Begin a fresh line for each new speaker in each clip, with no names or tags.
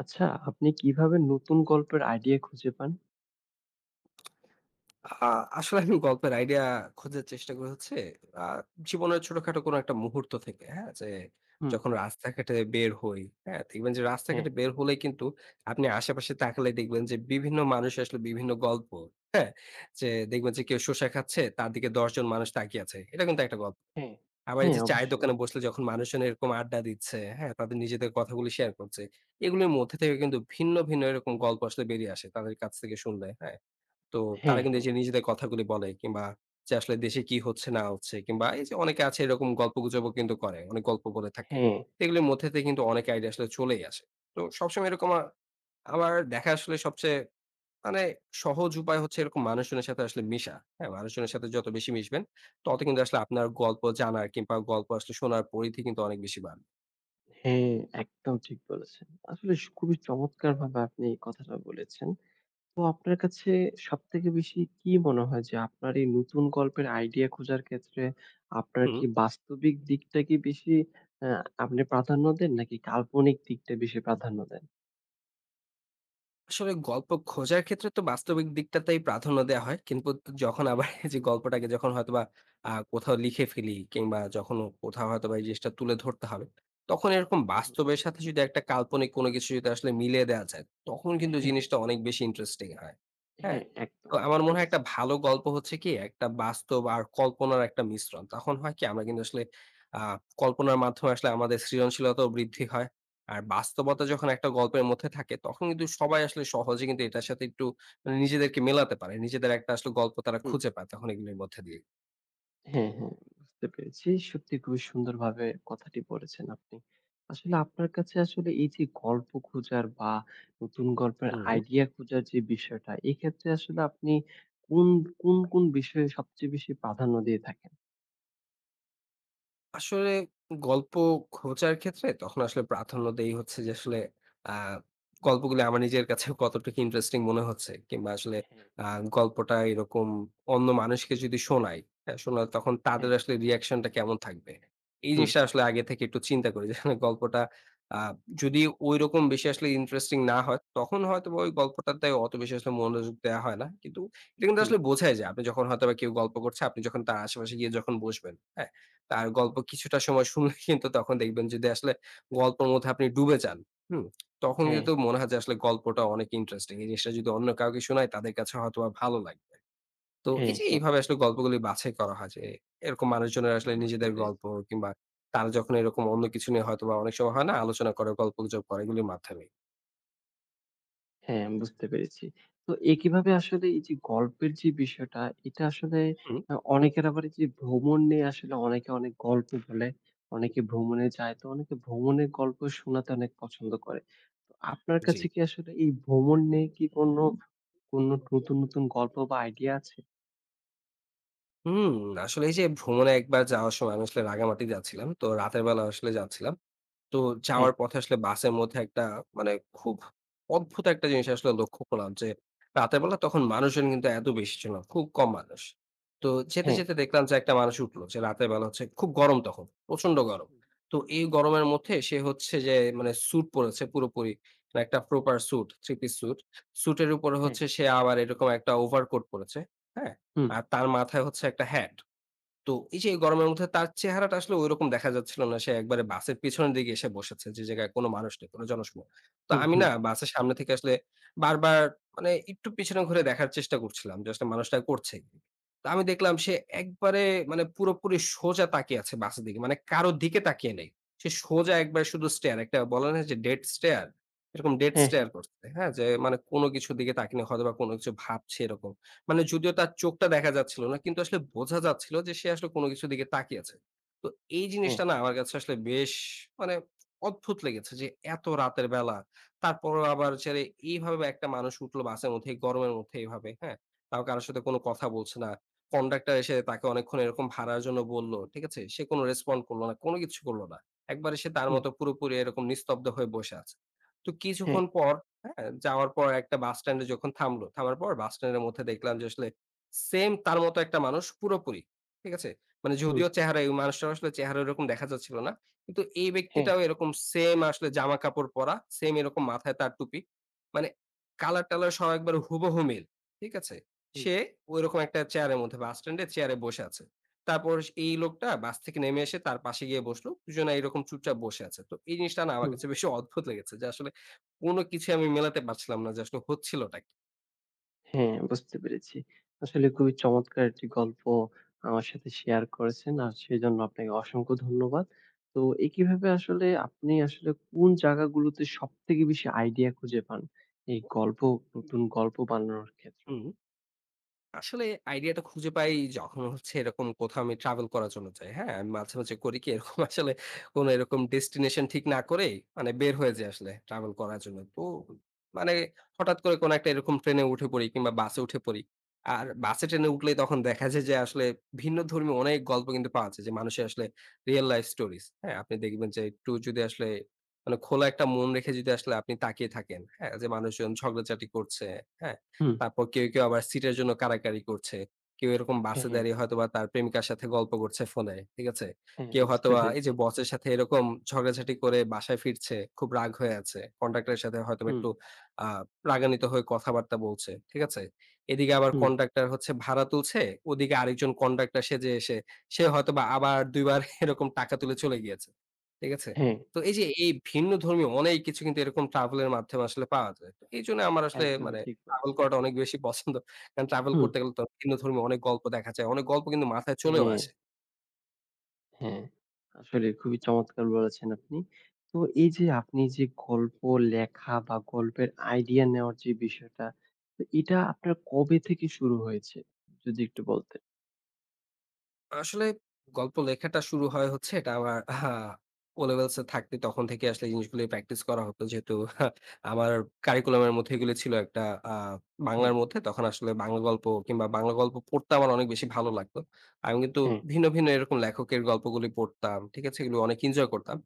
আচ্ছা, আপনি কিভাবে নতুন গল্পের আইডিয়া খুঁজে পান?
আ আসলে আমি গল্পের আইডিয়া খোঁজার চেষ্টা করি হচ্ছে আ জীবনের ছোটখাটো কোনো একটা মুহূর্ত থেকে, হ্যাঁ? যে
হুম।
যখন রাস্তাঘাটে বের হই, হ্যাঁ? দেখবেন যে
হ্যাঁ,
রাস্তাঘাটে বের হলেই কিন্তু আপনি আশেপাশে তাকালেই দেখবেন যে বিভিন্ন মানুষ আসলে বিভিন্ন গল্প, হ্যাঁ? যে দেখবেন যে কেউ শসা খাচ্ছে, তার দিকে ১০ জন মানুষ তাকিয়ে আছে। এটা কিন্তু একটা গল্প।
হ্যাঁ,
আবার এই
হ্যাঁ,
যে চায়ের
অবশ্যই।
দোকানে বসলে যখন মানুষজন এরকম আড্ডা দিচ্ছে, হ্যাঁ? তাদের নিজেদের কথাগুলি শেয়ার করছে। এগুলোর মধ্যে থেকে কিন্তু ভিন্ন, ভিন্ন এরকম গল্প আসলে বেরিয়ে আসে তাদের কাছ থেকে শুনলে, হ্যাঁ? তো তারা
হ্যাঁ,
কিন্তু
হ্যাঁ,
এই যে নিজেদের কথাগুলি বলে কিংবা যে আসলে দেশে কি হচ্ছে না হচ্ছে কিংবা এই যে অনেকে আছে এরকম গল্পগুজবও কিন্তু করে। অনেক গল্প বলে থাকে।
হ্যাঁ,
তো এগুলির মধ্যে থেকে কিন্তু অনেক আইডিয়া আসলে চলেই আসে। তো সবসময় এরকম আমার দেখা আসলে সবচেয়ে মানে সহজ উপায় হচ্ছে এরকম মানুষজনের সাথে আসলে মিশা। হ্যাঁ? মানুষজনের সাথে যত বেশি মিশবেন তত কিন্তু আসলে আপনার গল্প জানার কিংবা গল্প আসলে শোনার পরিধি কিন্তু অনেক বেশি বাড়বে।
হ্যাঁ, একদম ঠিক বলেছেন। আসলে খুবই চমৎকারভাবে আপনি এই কথাটা বলেছেন। তো আপনার কাছে সবথেকে বেশি কি মনে হয় যে আপনার এই নতুন গল্পের আইডিয়া খোঁজার ক্ষেত্রে আপনার
হুম।
কি বাস্তবিক দিকটা কি বেশি আ আপনি প্রাধান্য দেন নাকি কাল্পনিক দিকটা বেশি প্রাধান্য দেন?
আসলে গল্প খোঁজার ক্ষেত্রে তো বাস্তবিক দিকটাতেই প্রাধান্য দেওয়া হয়। কিন্তু যখন
হ্যাঁ,
আবার এই যে গল্পটাকে যখন হয়তোবা কোথাও লিখে ফেলি কিংবা যখন কোথাও হয়তোবা এই জিনিসটা তুলে ধরতে হবে, তখন এরকম
হুম,
বাস্তবের সাথে যদি একটা কাল্পনিক কোনো কিছু যদি আসলে মিলিয়ে দেওয়া যায়, তখন কিন্তু
হ্যাঁ,
জিনিসটা অনেক বেশি ইন্টারেস্টিং হয়। হ্যাঁ?
হ্যাঁ, একদম
তো
ঠিক
আমার মনে হয় একটা
বলেছেন।
ভালো গল্প হচ্ছে কি একটা বাস্তব আর কল্পনার একটা মিশ্রণ। তখন হয় কি আমরা কিন্তু আসলে আ কল্পনার মাধ্যমে আসলে আমাদের সৃজনশীলতাও বৃদ্ধি হয়। আর
হুম,
বাস্তবতা যখন একটা গল্পের মধ্যে থাকে তখন কিন্তু সবাই আসলে সহজে কিন্তু এটার সাথে একটু মানে নিজেদেরকে মেলাতে পারে। নিজেদের একটা আসলে গল্প তারা
হুম।
খুঁজে পায় তখন এগুলির মধ্যে দিয়ে।
হ্যাঁ, হ্যাঁ, বুঝতে পেরেছি। সত্যি খুবই সুন্দরভাবে কথাটি বলেছেন আপনি। আসলে আপনার কাছে আসলে এই যে গল্প খোঁজার বা নতুন গল্পের
হুম।
আইডিয়া খোঁজার যে বিষয়টা, এক্ষেত্রে আসলে আপনি কোন, কোন বিষয়ে সবচেয়ে বেশি প্রাধান্য দিয়ে থাকেন?
আসলে গল্প খোঁজার ক্ষেত্রে তখন আসলে প্রাধান্য দেই হচ্ছে যে আসলে আ গল্পগুলো আমার নিজের কাছে কতটুকু ইন্টারেস্টিং মনে হচ্ছে কিংবা আসলে
হ্যাঁ,
আ গল্পটা এরকম অন্য মানুষকে যদি শোনাই, হ্যাঁ? শোনালে তখন
হ্যাঁ,
তাদের আসলে রিঅ্যাকশনটা কেমন থাকবে? এই
হুম,
জিনিসটা আসলে আগে থেকে একটু চিন্তা করি যে গল্পটা আ যদি ঐরকম বেশি আসলে ইন্টারেস্টিং না হয়, তখন হয়তোবা ওই গল্পটাতে অত বেশি আসলে মনোযোগ দেয়া হয় না। কিন্তু এটা কিন্তু
হুম,
আসলে বোঝাই যায়। আপনি যখন হয়তোবা কেউ গল্প করছে, আপনি যখন তার আশেপাশে গিয়ে যখন বসবেন, হ্যাঁ? তার গল্প কিছুটা সময় শুনলে কিন্তু তখন দেখবেন যদি আসলে গল্পের মধ্যে আপনি ডুবে যান, হুম? তখন
হ্যাঁ,
কিন্তু মনে হয় যে আসলে গল্পটা অনেক ইন্টারেস্টিং। এই জিনিসটা যদি অন্য কাউকে শোনাই তাদের কাছে হয়তোবা ভালো লাগবে। তো
হ্যাঁ,
এই যে
হ্যাঁ,
এইভাবে আসলে গল্পগুলি বাছাই করা হয় যে এরকম মানুষজনের
হ্যাঁ,
আসলে
বুঝতে
নিজেদের
পেরেছি।
গল্প কিংবা তারা যখন এরকম অন্য কিছু নিয়ে হয়তোবা অনেক সময় হয় না আলোচনা করে, গল্পগুজব করে এগুলির মাধ্যমে।
হ্যাঁ, বুঝতে পেরেছি। তো এ কিভাবে আসলে এই যে গল্পের যে বিষয়টা, এটা আসলে
হুম,
অনেকের আবার এই যে ভ্রমণ নিয়ে আসলে অনেকে অনেক গল্প বলে। অনেকে ভ্রমণে যায়। তো অনেকে ভ্রমণের গল্প শোনাতে অনেক পছন্দ করে। তো আপনার
জি।
কাছে কি আসলে এই ভ্রমণ নিয়ে কি কোন, কোন নতুন, নতুন গল্প বা আইডিয়া আছে?
হুম, আসলে এই যে ভ্রমণে একবার যাওয়ার সময় আমি আসলে রাঙামাটি যাচ্ছিলাম। তো রাতের বেলা আসলে যাচ্ছিলাম। তো
হ্যাঁ,
যাওয়ার পথে আসলে বাসের মধ্যে একটা মানে খুব অদ্ভুত একটা জিনিস আসলে লক্ষ্য করলাম যে, রাতের বেলা তখন মানুষজন কিন্তু এত বেশি ছিল না। খুব কম মানুষ। তো যেতে,
হ্যাঁ,
যেতে দেখলাম যে একটা মানুষ উঠলো যে রাতের বেলা হচ্ছে খুব গরম তখন, প্রচন্ড গরম।
হুম,
তো এই গরমের মধ্যে সে হচ্ছে যে মানে স্যুট পরেছে পুরোপুরি। মানে একটা proper suit, three piece suit. স্যুটের উপরে
হ্যাঁ,
হচ্ছে সে আবার এরকম একটা ওভারকোট পরেছে। হ্যাঁ?
হুম,
আর তার মাথায় হচ্ছে একটা হ্যাট। তো এই যে এই গরমের মধ্যে তার চেহারাটা আসলে ঐরকম দেখা যাচ্ছিল না। সে একবারে বাসের পেছনের দিকে এসে বসেছে। যে জায়গায় কোন মানুষ নেই, কোন জনশূন্য। তো
হুম,
আমি
হুম,
না বাসের সামনে থেকে আসলে বারবার মানে একটু পিছনে ঘুরে দেখার চেষ্টা করছিলাম যে আসলে মানুষটা করছে কি? তো আমি দেখলাম সে একবারে মানে পুরোপুরি সোজা তাকিয়ে আছে বাসের দিকে। মানে কারো দিকে তাকিয়ে নেই। সে সোজা একবার শুধু স্টেয়ার একটা বলে না যে ডেড স্টেয়ার? এরকম ডেড
হ্যাঁ, হ্যাঁ,
স্টেয়ার করছে। হ্যাঁ? যে মানে কোন কিছুর দিকে তাকিয়ে নেই হয়তোবা কোন কিছু ভাবছে এরকম। মানে যদিও তার চোখটা দেখা যাচ্ছিল না কিন্তু আসলে বোঝা যাচ্ছিল যে সে আসলে কোনো কিছুর দিকে তাকিয়ে আছে। তো এই
হ্যাঁ,
জিনিসটা না আমার কাছে আসলে বেশ মানে অদ্ভুত লেগেছে যে এত রাতের বেলা। তারপরও আবার ছেড়ে এইভাবে একটা মানুষ উঠলো বাসের মধ্যে এই গরমের মধ্যে এইভাবে, হ্যাঁ? তাও কারো সাথে কোনো কথা বলছে না। কন্ডাক্টর এসে তাকে অনেকক্ষণ এরকম ভাড়ার জন্য বলল। ঠিক আছে? সে কোনো রেসপন্ড করল না। কোনো কিছু করল না। একবারে সে তার
হুম,
মতো পুরোপুরি এরকম নিস্তব্ধ হয়ে বসে আছে। তো
হ্যাঁ,
কিছুক্ষণ পর হ্যাঁ, যাওয়ার পর একটা বাস স্ট্যান্ডে যখন থামলো, থামার পর বাস স্ট্যান্ডের মধ্যে দেখলাম যে আসলে সেম তার মতো একটা মানুষ পুরোপুরি। ঠিক আছে? মানে
হুম,
যদিও চেহারা এই মানুষটার আসলে চেহারা ওরকম দেখা যাচ্ছিল না। কিন্তু এই
হ্যাঁ,
ব্যক্তিটাও এরকম সেম আসলে জামা-কাপড় পরা, সেম এরকম মাথায় তার টুপি। মানে কালার-টালার সব একবারে হুবহু মিল। ঠিক আছে?
হুম,
সে ওইরকম একটা চেয়ারের মধ্যে বাস স্ট্যান্ডে চেয়ারে বসে আছে। তারপর এই লোকটা বাস থেকে নেমে এসে তার পাশে গিয়ে বসলো। দুজনে এরকম চুপচাপ বসে আছে। তো এই জিনিসটা না আমার
হুম।
কাছে বেশি অদ্ভুত লেগেছে যে আসলে কোন কিছুই আমি মেলাতে পারছিলাম না যে আসলে হচ্ছিলটা কি?
হ্যাঁ, বুঝতে পেরেছি। আসলে খুবই চমৎকার একটি গল্প আমার সাথে শেয়ার করেছেন। আর সেজন্য আপনাকে অসংখ্য ধন্যবাদ। তো এ কিভাবে আসলে আপনি আসলে কোন জায়গাগুলোতে সবথেকে বেশি আইডিয়া খুঁজে পান? এই গল্প নতুন গল্প বানানোর ক্ষেত্রে?
হুম। আসলে আইডিয়াটা খুঁজে পাই যখন হচ্ছে এরকম কোথাও আমি ট্রাভেল করার জন্য যাই। হ্যাঁ? আমি মাঝে, মাঝে করি কি এরকম আসলে কোন এরকম ডেস্টিনেশন ঠিক না করেই মানে বের হয়ে যাই
হুম।
আসলে ট্রাভেল করার জন্য। তো মানে হঠাৎ করে কোন একটা এরকম ট্রেনে উঠে পড়ি কিংবা বাসে উঠে পড়ি। আর বাসে ট্রেনে উঠলেই তখন দেখা যায় যে আসলে ভিন্ন ধর্মী অনেক গল্প কিন্তু পাওয়া যায় যে মানুষের আসলে রিয়াল লাইফ স্টোরিজ। হ্যাঁ? আপনি দেখবেন যে একটু যদি আসলে মানে খোলা একটা মন রেখে যদি আসলে আপনি তাকিয়ে থাকেন, হ্যাঁ? যে মানুষজন ঝগড়াঝাটি করছে, হ্যাঁ?
হুম,
তারপর কেউ, কেউ আবার সিটের জন্য কাড়াকাড়ি করছে। কেউ এরকম বাসে
হ্যাঁ,
দাঁড়িয়ে হয়তোবা তার প্রেমিকার সাথে গল্প করছে ফোনে। ঠিক আছে?
হ্যাঁ
কেউ
বুঝতে
হয়তোবা এই
পেরেছি।
যে বসের সাথে এরকম ঝগড়াঝাটি করে বাসায় ফিরছে, খুব রাগ হয়ে আছে। কন্ট্রাক্টরের সাথে হয়তোবা
হুম,
একটু আ রাগান্বিত হয়ে কথাবার্তা বলছে। ঠিক আছে? এদিকে আবার
হুম,
কন্ট্রাক্টর হচ্ছে ভাড়া তুলছে, ওদিকে আরেকজন কন্ট্রাক্টর সেজে এসে সে হয়তোবা আবার ২ বার এরকম টাকা তুলে চলে গিয়েছে। ঠিক আছে?
হ্যাঁ,
তো এই যে এই ভিন্ন ধর্মীয় অনেক কিছু কিন্তু এরকম ট্রাভেল এর মাধ্যমে আসলে পাওয়া যায়। তো এইজন্য আমার আসলে
একদমই
মানে
ঠিক
ট্রাভেল
বলেছেন।
করাটা অনেক বেশি পছন্দ। কারণ ট্রাভেল
হুম,
করতে গেলে তো ভিন্ন ধর্মী অনেক গল্প দেখা যায়। অনেক গল্প কিন্তু মাথায় চলেও
হ্যাঁ।
আসে।
হ্যাঁ, আসলে খুবই চমৎকার বলেছেন আপনি। তো এই যে আপনি যে গল্প লেখা বা গল্পের আইডিয়া নেওয়ার যে বিষয়টা, তো এটা আপনার কবে থেকে শুরু হয়েছে? যদি একটু বলতেন।
আসলে গল্প লেখাটা শুরু হয় হচ্ছে এটা আমার O Levels এ থাকতে তখন থেকে আসলে এই জিনিসগুলো প্র্যাকটিস করা হতো। যেহেতু আমার কারিকুলাম এর মধ্যে এগুলো ছিল একটা আ
হ্যাঁ,
বাংলার মধ্যে তখন আসলে বাংলা গল্প কিংবা বাংলা গল্প পড়তে আমার অনেক বেশি ভালো লাগতো। আমি কিন্তু
হ্যাঁ,
ভিন্ন, ভিন্ন এরকম লেখকের গল্পগুলি পড়তাম। ঠিক আছে? এগুলো অনেক এনজয় করতাম।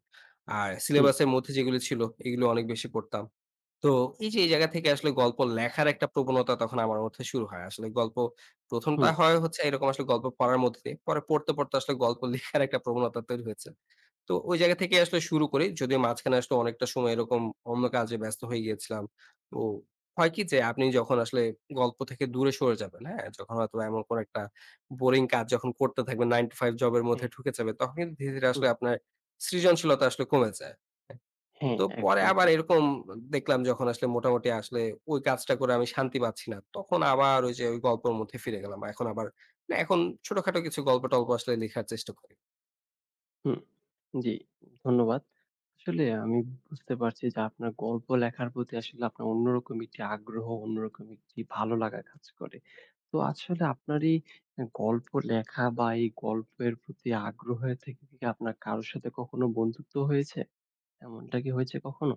আর
হুম,
সিলেবাসের মধ্যে যেগুলো ছিল এগুলো অনেক বেশি পড়তাম। তো এই যে এই জায়গা থেকে আসলে গল্প লেখার একটা প্রবণতা তখন আমার মধ্যে শুরু হয়। আসলে গল্প ১ম টা
হুম,
হয় হচ্ছে এরকম আসলে গল্প পড়ার মধ্যে দিয়ে। পরে পড়তে, পড়তে আসলে গল্প লেখার একটা প্রবণতা তৈরি হয়েছে। তো ওই জায়গা থেকেই আসলে শুরু করি। যদিও মাঝখানে আসলে অনেকটা সময় এরকম অন্য কাজে ব্যস্ত হয়ে গিয়েছিলাম। তো হয় কি যে আপনি যখন আসলে গল্প থেকে দূরে সরে যাবেন, হ্যাঁ? যখন হয়তো এমন কোন একটা বোরিং কাজ যখন করতে থাকবেন 9 to 5 জবের
হ্যাঁ,
মধ্যে ঢুকে যাবে, তখন কিন্তু ধীরে, ধীরে
হুম,
আসলে আপনার সৃজনশীলতা আসলে কমে যায়।
হ্যাঁ,
তো পরে
একদম
আবার
ঠিক।
এরকম দেখলাম যখন আসলে মোটামুটি আসলে ওই কাজটা করে আমি শান্তি পাচ্ছি না। তখন আবার ওই যে ওই গল্পের মধ্যে ফিরে গেলাম। এখন আবার না এখন ছোটখাটো কিছু গল্প-টল্প আসলে লেখার চেষ্টা করি।
হুম, জি, ধন্যবাদ। আসলে আমি বুঝতে পারছি যে আপনার গল্প লেখার প্রতি আসলে আপনার অন্যরকম একটি আগ্রহ, অন্যরকম একটি ভালো লাগা কাজ করে। তো আসলে আপনার এই গল্প লেখা বা এই গল্পের প্রতি আগ্রহের থেকে কি আপনার কারো সাথে কখনো বন্ধুত্ব হয়েছে? এমনটা কি হয়েছে কখনো?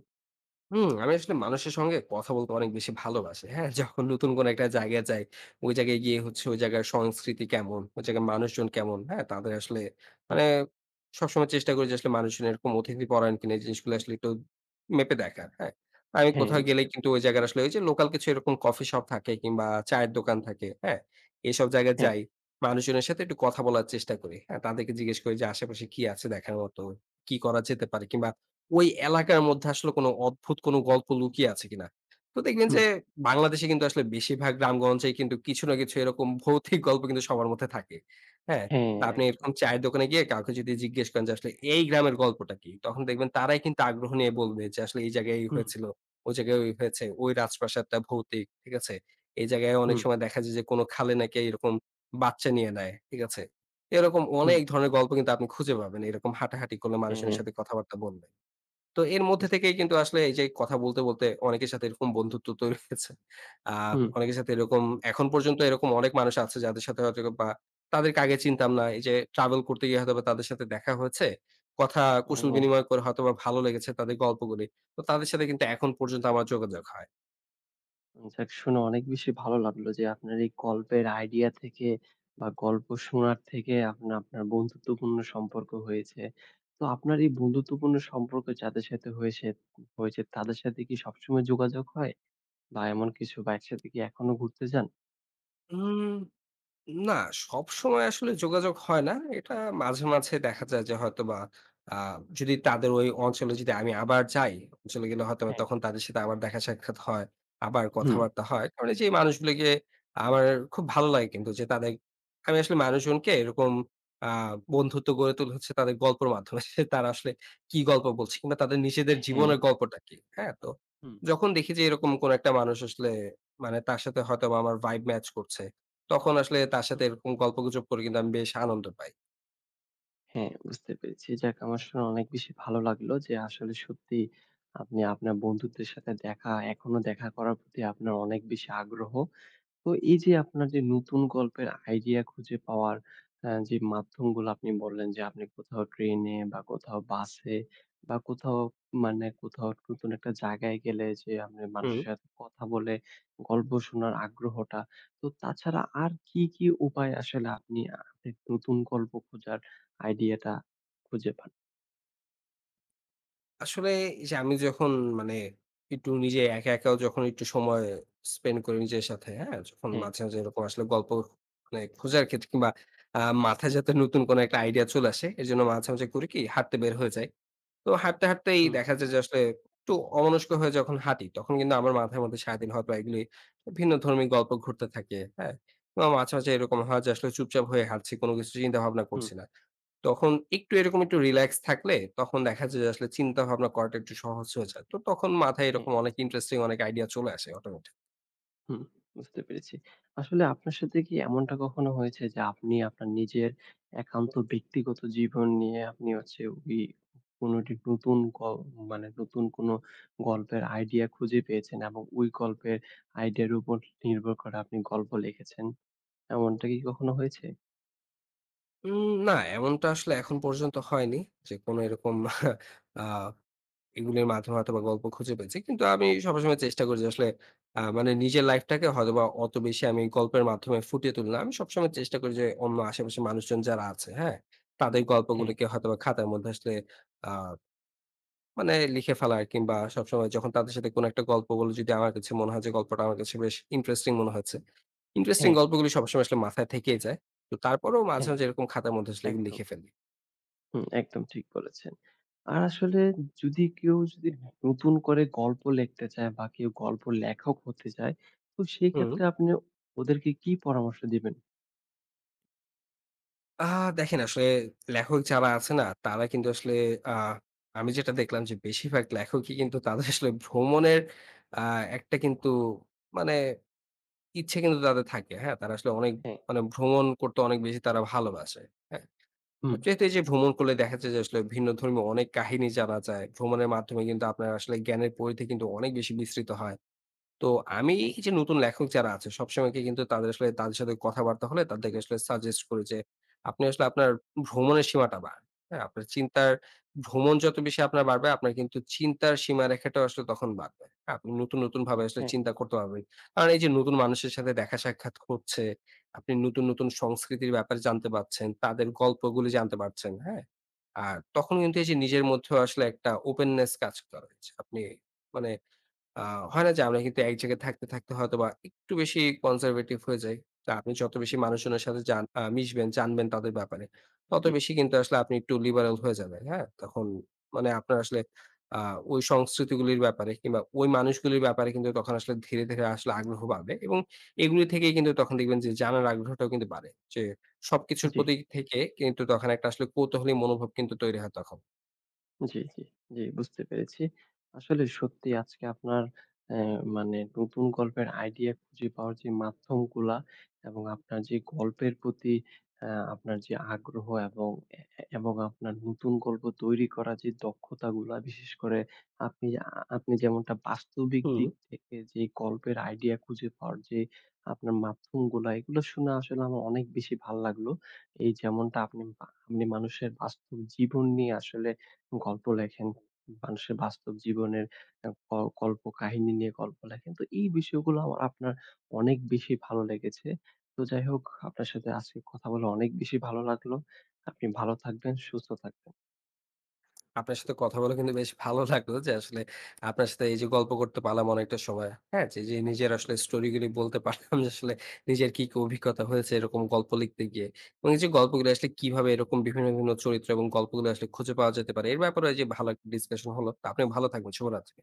হুম, আমি আসলে মানুষের সঙ্গে কথা বলতে অনেক বেশি ভালোবাসি। হ্যাঁ? যখন নতুন কোনো
হুম,
একটা জায়গায় যাই, ওই জায়গায় গিয়ে হচ্ছে
হ্যাঁ।
ওই জায়গার সংস্কৃতি কেমন, ওই জায়গার মানুষজন কেমন, হ্যাঁ? তাদের আসলে
হুম,
মানে সবসময় চেষ্টা করি যে আসলে মানুষজন এরকম অতিথিপরায়ণ কিনা এই জিনিসগুলো আসলে একটু মেপে দেখার, হ্যাঁ? আমি
হ্যাঁ,
কোথাও
বুঝতে
গেলেই কিন্তু
পেরেছি।
ওই জায়গার আসলে ওই যে লোকাল কিছু এরকম কফি শপ থাকে কিংবা চায়ের দোকান থাকে, হ্যাঁ? এসব জায়গায়
হ্যাঁ,
যাই, মানুষজনের সাথে একটু কথা বলার চেষ্টা করি, হ্যাঁ? তাদেরকে জিজ্ঞেস করি যে আশেপাশে কি আছে দেখার মতো, কি করা যেতে পারে কিংবা ওই এলাকার মধ্যে আসলে কোনো অদ্ভুত কোনো গল্প লুকিয়ে আছে কিনা। তো দেখবেন
হুম,
যে বাংলাদেশে কিন্তু আসলে বেশিরভাগ গ্রামগঞ্জেই কিন্তু কিছু না কিছু এরকম ভৌতিক গল্প কিন্তু সবার মধ্যে থাকে। হ্যাঁ?
হ্যাঁ,
তো আপনি
একদম।
এরকম চায়ের দোকানে গিয়ে কাউকে যদি জিজ্ঞেস করেন যে আসলে এই গ্রামের গল্পটা কি? তখন দেখবেন তারাই কিন্তু আগ্রহ নিয়ে বলবে যে আসলে এই জায়গায় এই
হুম,
হয়েছিল, ওই জায়গায় ওই হয়েছে, ওই রাজপ্রাসাদটা ভৌতিক। ঠিক আছে? এই জায়গায় অনেক
হুম,
সময় দেখা যায় যে কোনো খালে নাকি এরকম বাচ্চা নিয়ে নেয়। ঠিক আছে? এরকম
হুম,
অনেক ধরনের গল্প কিন্তু আপনি খুঁজে পাবেন এরকম হাঁটাহাঁটি করলে
হ্যাঁ,
মানুষজনের সাথে কথাবার্তা বললে। তো এর মধ্যে
বুঝতে
থেকেই
পেরেছি।
কিন্তু আসলে এই যে কথা বলতে, বলতে অনেকের সাথে এরকম বন্ধুত্ব তৈরি হয়েছে। আ
হুম,
অনেকের সাথে এরকম এখন পর্যন্ত এরকম অনেক মানুষ আছে যাদের সাথে হয়তো বা তাদেরকে আগে চিনতাম না। এই যে ট্রাভেল করতে গিয়ে হয়তোবা তাদের সাথে দেখা হয়েছে। কথা কুশল
ও।
বিনিময় করে হয়তোবা ভালো লেগেছে তাদের গল্পগুলি। তো তাদের সাথে কিন্তু এখন পর্যন্ত আমার যোগাযোগ হয়।
যাক শুনে অনেক বেশি ভালো লাগলো যে আপনার এই গল্পের আইডিয়া থেকে বা গল্প শোনার থেকে আপনার আপনার বন্ধুত্বপূর্ণ সম্পর্ক হয়েছে। তো আপনার এই বন্ধুত্বপূর্ণ সম্পর্ক যাদের সাথে হয়েছে হয়েছে তাদের সাথে কি সবসময় যোগাযোগ হয়? বা এমন কিছু বা একসাথে কি এখনো ঘুরতে যান?
হুম। না, সবসময় আসলে যোগাযোগ হয় না। এটা মাঝে, মাঝে দেখা যায় যে হয়তোবা আ যদি তাদের ওই অঞ্চলে যদি আমি আবার যাই, অঞ্চলে গেলে হয়তোবা
হ্যাঁ।
তখন তাদের সাথে আবার দেখা সাক্ষাৎ হয়, আবার
হুম,
কথাবার্তা হয়। কারণ এই যে এই মানুষগুলোকে আমার খুব ভালো লাগে কিন্তু যে তাদের আমি আসলে মানুষজনকে এরকম আ বন্ধুত্ব গড়ে তুলে হচ্ছে তাদের গল্পের মাধ্যমে। সে তারা আসলে কি গল্প বলছে কিংবা তাদের নিজেদের
হ্যাঁ।
জীবনের গল্পটা কি, হ্যাঁ? তো
হুম,
যখন দেখি যে এরকম কোন একটা মানুষ আসলে মানে তার সাথে হয়তোবা আমার ভাইব ম্যাচ করছে। তখন আসলে তার সাথে
হুম।
এরকম গল্পগুজব করে কিন্তু আমি বেশ আনন্দ পাই।
হ্যাঁ, বুঝতে পেরেছি। যাক আমার শুনে অনেক বেশি ভালো লাগলো যে আসলে সত্যি আপনি আপনার বন্ধুদের সাথে এখনো দেখা করার প্রতি আপনার অনেক বেশি আগ্রহ। তো এই যে আপনার যে নতুন গল্পের আইডিয়া খুঁজে পাওয়ার যে মাধ্যমগুলো আপনি বললেন যে আপনি কোথাও ট্রেনে বা কোথাও বাসে বা কোথাও মানে কোথাও নতুন একটা জায়গায় গেলে যে আপনি
হুম।
মানুষের সাথে কথা বলে গল্প শোনার আগ্রহটা। তো তাছাড়া আর কি, কি উপায় আসলে আপনি আপনি নতুন গল্প খোঁজার আইডিয়াটা খুঁজে পান?
আসলে এই যে আমি যখন মানে একটু নিজে একা, একাও যখন একটু সময় স্পেন্ড করি নিজের সাথে, হ্যাঁ? যখন
হ্যাঁ,
মাঝে, মাঝে এরকম আসলে গল্প মানে খোঁজার ক্ষেত্রে কিংবা আ মাথায় যাতে নতুন কোনো একটা আইডিয়া চলে আসে, এজন্য মাঝে, মাঝে করি কি হাঁটতে বের হয়ে যাই। তো হাঁটতে, হাঁটতেই
হুম,
দেখা যায় যে আসলে একটু অমনস্ক হয়ে যখন হাঁটি, তখন কিন্তু আমার মাথার
হুম,
মধ্যে সারাদিন হয়তো এগুলি ভিন্ন ধর্মী গল্প ঘুরতে থাকে, হ্যাঁ? এবং মাঝে, মাঝে এরকম হয় যে আসলে চুপচাপ হয়ে হাঁটছি, কোনো কিছু চিন্তা ভাবনা
হুম,
করছি না। তখন একটু এরকম একটু রিল্যাক্স থাকলে তখন দেখা যায় যে আসলে চিন্তা ভাবনা করাটা একটু সহজ হয়ে যায়। তো তখন মাথায়
হ্যাঁ
এরকম অনেক
বুঝতে পেরেছি।
ইন্টারেস্টিং অনেক আইডিয়া চলে আসে অটোমেটিক।
হুম, বুঝতে পেরেছি। আসলে আপনার সাথে কি এমনটা কখনো হয়েছে যে আপনি আপনার নিজের একান্ত ব্যক্তিগত জীবন নিয়ে আপনি হচ্ছে ওই কোনো একটি নতুন মানে নতুন কোনো গল্পের আইডিয়া খুঁজে পেয়েছেন এবং ওই গল্পের আইডিয়ার উপর নির্ভর করে আপনি গল্প লিখেছেন। এমনটা কি কখনো হয়েছে?
না, এমনটা আসলে এখন পর্যন্ত হয়নি যে কোন এরকম আ এগুলির মাধ্যমে হয়তোবা গল্প খুঁজে পেয়েছি। কিন্তু আমি সবসময় চেষ্টা করি যে আসলে মানে নিজের লাইফটাকে হয়তোবা অত বেশি আমি গল্পের মাধ্যমে ফুটিয়ে তুলি না। আমি সবসময় চেষ্টা করি যে অন্য আশেপাশের মানুষজন যারা আছে, হ্যাঁ? তাদের
হ্যাঁ,
গল্পগুলিকে হয়তোবা খাতার মধ্যে আসলে আ মানে লিখে ফেলা আর কিংবা সবসময় যখন তাদের সাথে কোনো একটা গল্প বলে যদি আমার কাছে মনে হয় যে গল্পটা আমার কাছে বেশ ইন্টারেস্টিং মনে হচ্ছে। ইন্টারেস্টিং
হ্যাঁ,
গল্পগুলি সবসময় আসলে মাথায় থেকেই যায়। তো তারপরেও মাঝে,
হ্যাঁ,
মাঝে এরকম খাতার মধ্যে আসলে এগুলো
একদম।
লিখে ফেলি।
হুম, একদম ঠিক বলেছেন। আর আসলে যদি কেউ নতুন করে গল্প লিখতে চায় বা কেউ গল্প লেখক হতে চায়, তো সেই
হুম।
ক্ষেত্রে আপনি ওদেরকে কি পরামর্শ দিবেন?
আ দেখেন আসলে লেখক যারা আছে না তারা কিন্তু আসলে আ আমি যেটা দেখলাম যে বেশিরভাগ লেখকই কিন্তু তাদের আসলে ভ্রমণের আ একটা কিন্তু মানে ইচ্ছে কিন্তু তাদের থাকে। হ্যাঁ? তারা আসলে অনেক
হ্যাঁ,
মানে ভ্রমণ করতে অনেক বেশি তারা ভালোবাসে। হ্যাঁ?
হুম।
যেহেতু এই যে ভ্রমণ করলে দেখা যায় যে আসলে ভিন্ন ধর্মীয় অনেক কাহিনী জানা যায়। ভ্রমণের মাধ্যমে কিন্তু আপনার আসলে জ্ঞানের পরিধি কিন্তু অনেক বেশি বিস্তৃত হয়। তো আমি
হ্যাঁ,
এই যে নতুন লেখক যারা আছে সবসময় কি কিন্তু তাদের আসলে তাদের সাথে কথাবার্তা হলে তাদেরকে আসলে সাজেস্ট করি যে আপনি আসলে আপনার ভ্রমণের সীমাটা বাড়ান। হ্যাঁ? আপনার চিন্তার ভ্রমণ যত বেশি আপনার বাড়বে আপনার কিন্তু চিন্তার সীমারেখাটাও আসলে তখন বাড়বে। হ্যাঁ, আপনি নতুন, নতুন ভাবে আসলে
হ্যাঁ।
চিন্তা করতে পারবেন। কারণ এই যে নতুন মানুষের সাথে দেখা সাক্ষাৎ হচ্ছে, আপনি নতুন, নতুন সংস্কৃতির ব্যাপারে জানতে পারছেন, তাদের গল্পগুলি জানতে পারছেন। হ্যাঁ? আর তখন কিন্তু এই যে নিজের মধ্যেও আসলে একটা ওপেননেস কাজ করে। আপনি মানে আ হয় না যে আমরা কিন্তু এক জায়গায় থাকতে, থাকতে হয়তোবা একটু বেশি কনজারভেটিভ হয়ে যাই। তো আপনি যত বেশি মানুষজনের সাথে জান আ মিশবেন, জানবেন তাদের ব্যাপারে, তত
জি,
বেশি কিন্তু আসলে আপনি একটু লিবারাল হয়ে যাবেন। হ্যাঁ? তখন মানে আপনার আসলে আ ওই সংস্কৃতিগুলির ব্যাপারে কিংবা ওই মানুষগুলির ব্যাপারে কিন্তু তখন আসলে ধীরে, ধীরে আসলে আগ্রহ বাড়বে এবং এগুলি থেকেই কিন্তু তখন দেখবেন যে জানার আগ্রহটাও কিন্তু বাড়ে। যে সবকিছুর
জি।
প্রতি থেকে কিন্তু তখন একটা আসলে কৌতূহলী মনোভাব কিন্তু তৈরি হয় তখন।
জি, জি, জি, বুঝতে পেরেছি। আসলে সত্যি আজকে আপনার অ্যা মানে নতুন গল্পের আইডিয়া খুঁজে পাওয়ার যে মাধ্যমগুলা এবং আপনার যে গল্পের প্রতি আপনার যে আগ্রহ এবং এ এ এবং আপনার নতুন গল্প তৈরি করার যে দক্ষতাগুলা, বিশেষ করে আপনি আপনি যেমনটা বাস্তবিক
হুম।
দিক থেকে যে গল্পের আইডিয়া খুঁজে পাওয়ার যে আপনার মাধ্যমগুলা, এগুলো শুনে আসলে আমার অনেক বেশি ভাল লাগলো। এই যেমনটা আপনি বা আপনি মানুষের বাস্তব জীবন নিয়ে আসলে গল্প লেখেন, মানুষের বাস্তব জীবনের আ ক কল্পকাহিনী নিয়ে গল্প লেখেন। তো এই বিষয়গুলো আমার আপনার অনেক বেশি ভালো লেগেছে। তো যাই হোক, আপনার সাথে আজকে কথা বলে অনেক বেশি ভালো লাগলো। আপনি ভালো থাকবেন, সুস্থ থাকবেন।
আপনার সাথে কথা বলে কিন্তু বেশ ভালো লাগলো যে আসলে আপনার সাথে এই যে গল্প করতে পারলাম অনেকটা সময়। হ্যাঁ? যে, যে নিজের আসলে স্টোরিগুলি বলতে পারলাম যে আসলে নিজের কি, কি অভিজ্ঞতা হয়েছে এরকম গল্প লিখতে গিয়ে। এবং এই যে গল্পগুলো আসলে কিভাবে এরকম বিভিন্ন, বিভিন্ন চরিত্র এবং গল্পগুলো আসলে খুঁজে পাওয়া যেতে পারে। এর ব্যাপারে যে ভালো একটা ডিসকাশন হলো। তা আপনি ভালো থাকবেন। শুভরাত্রি।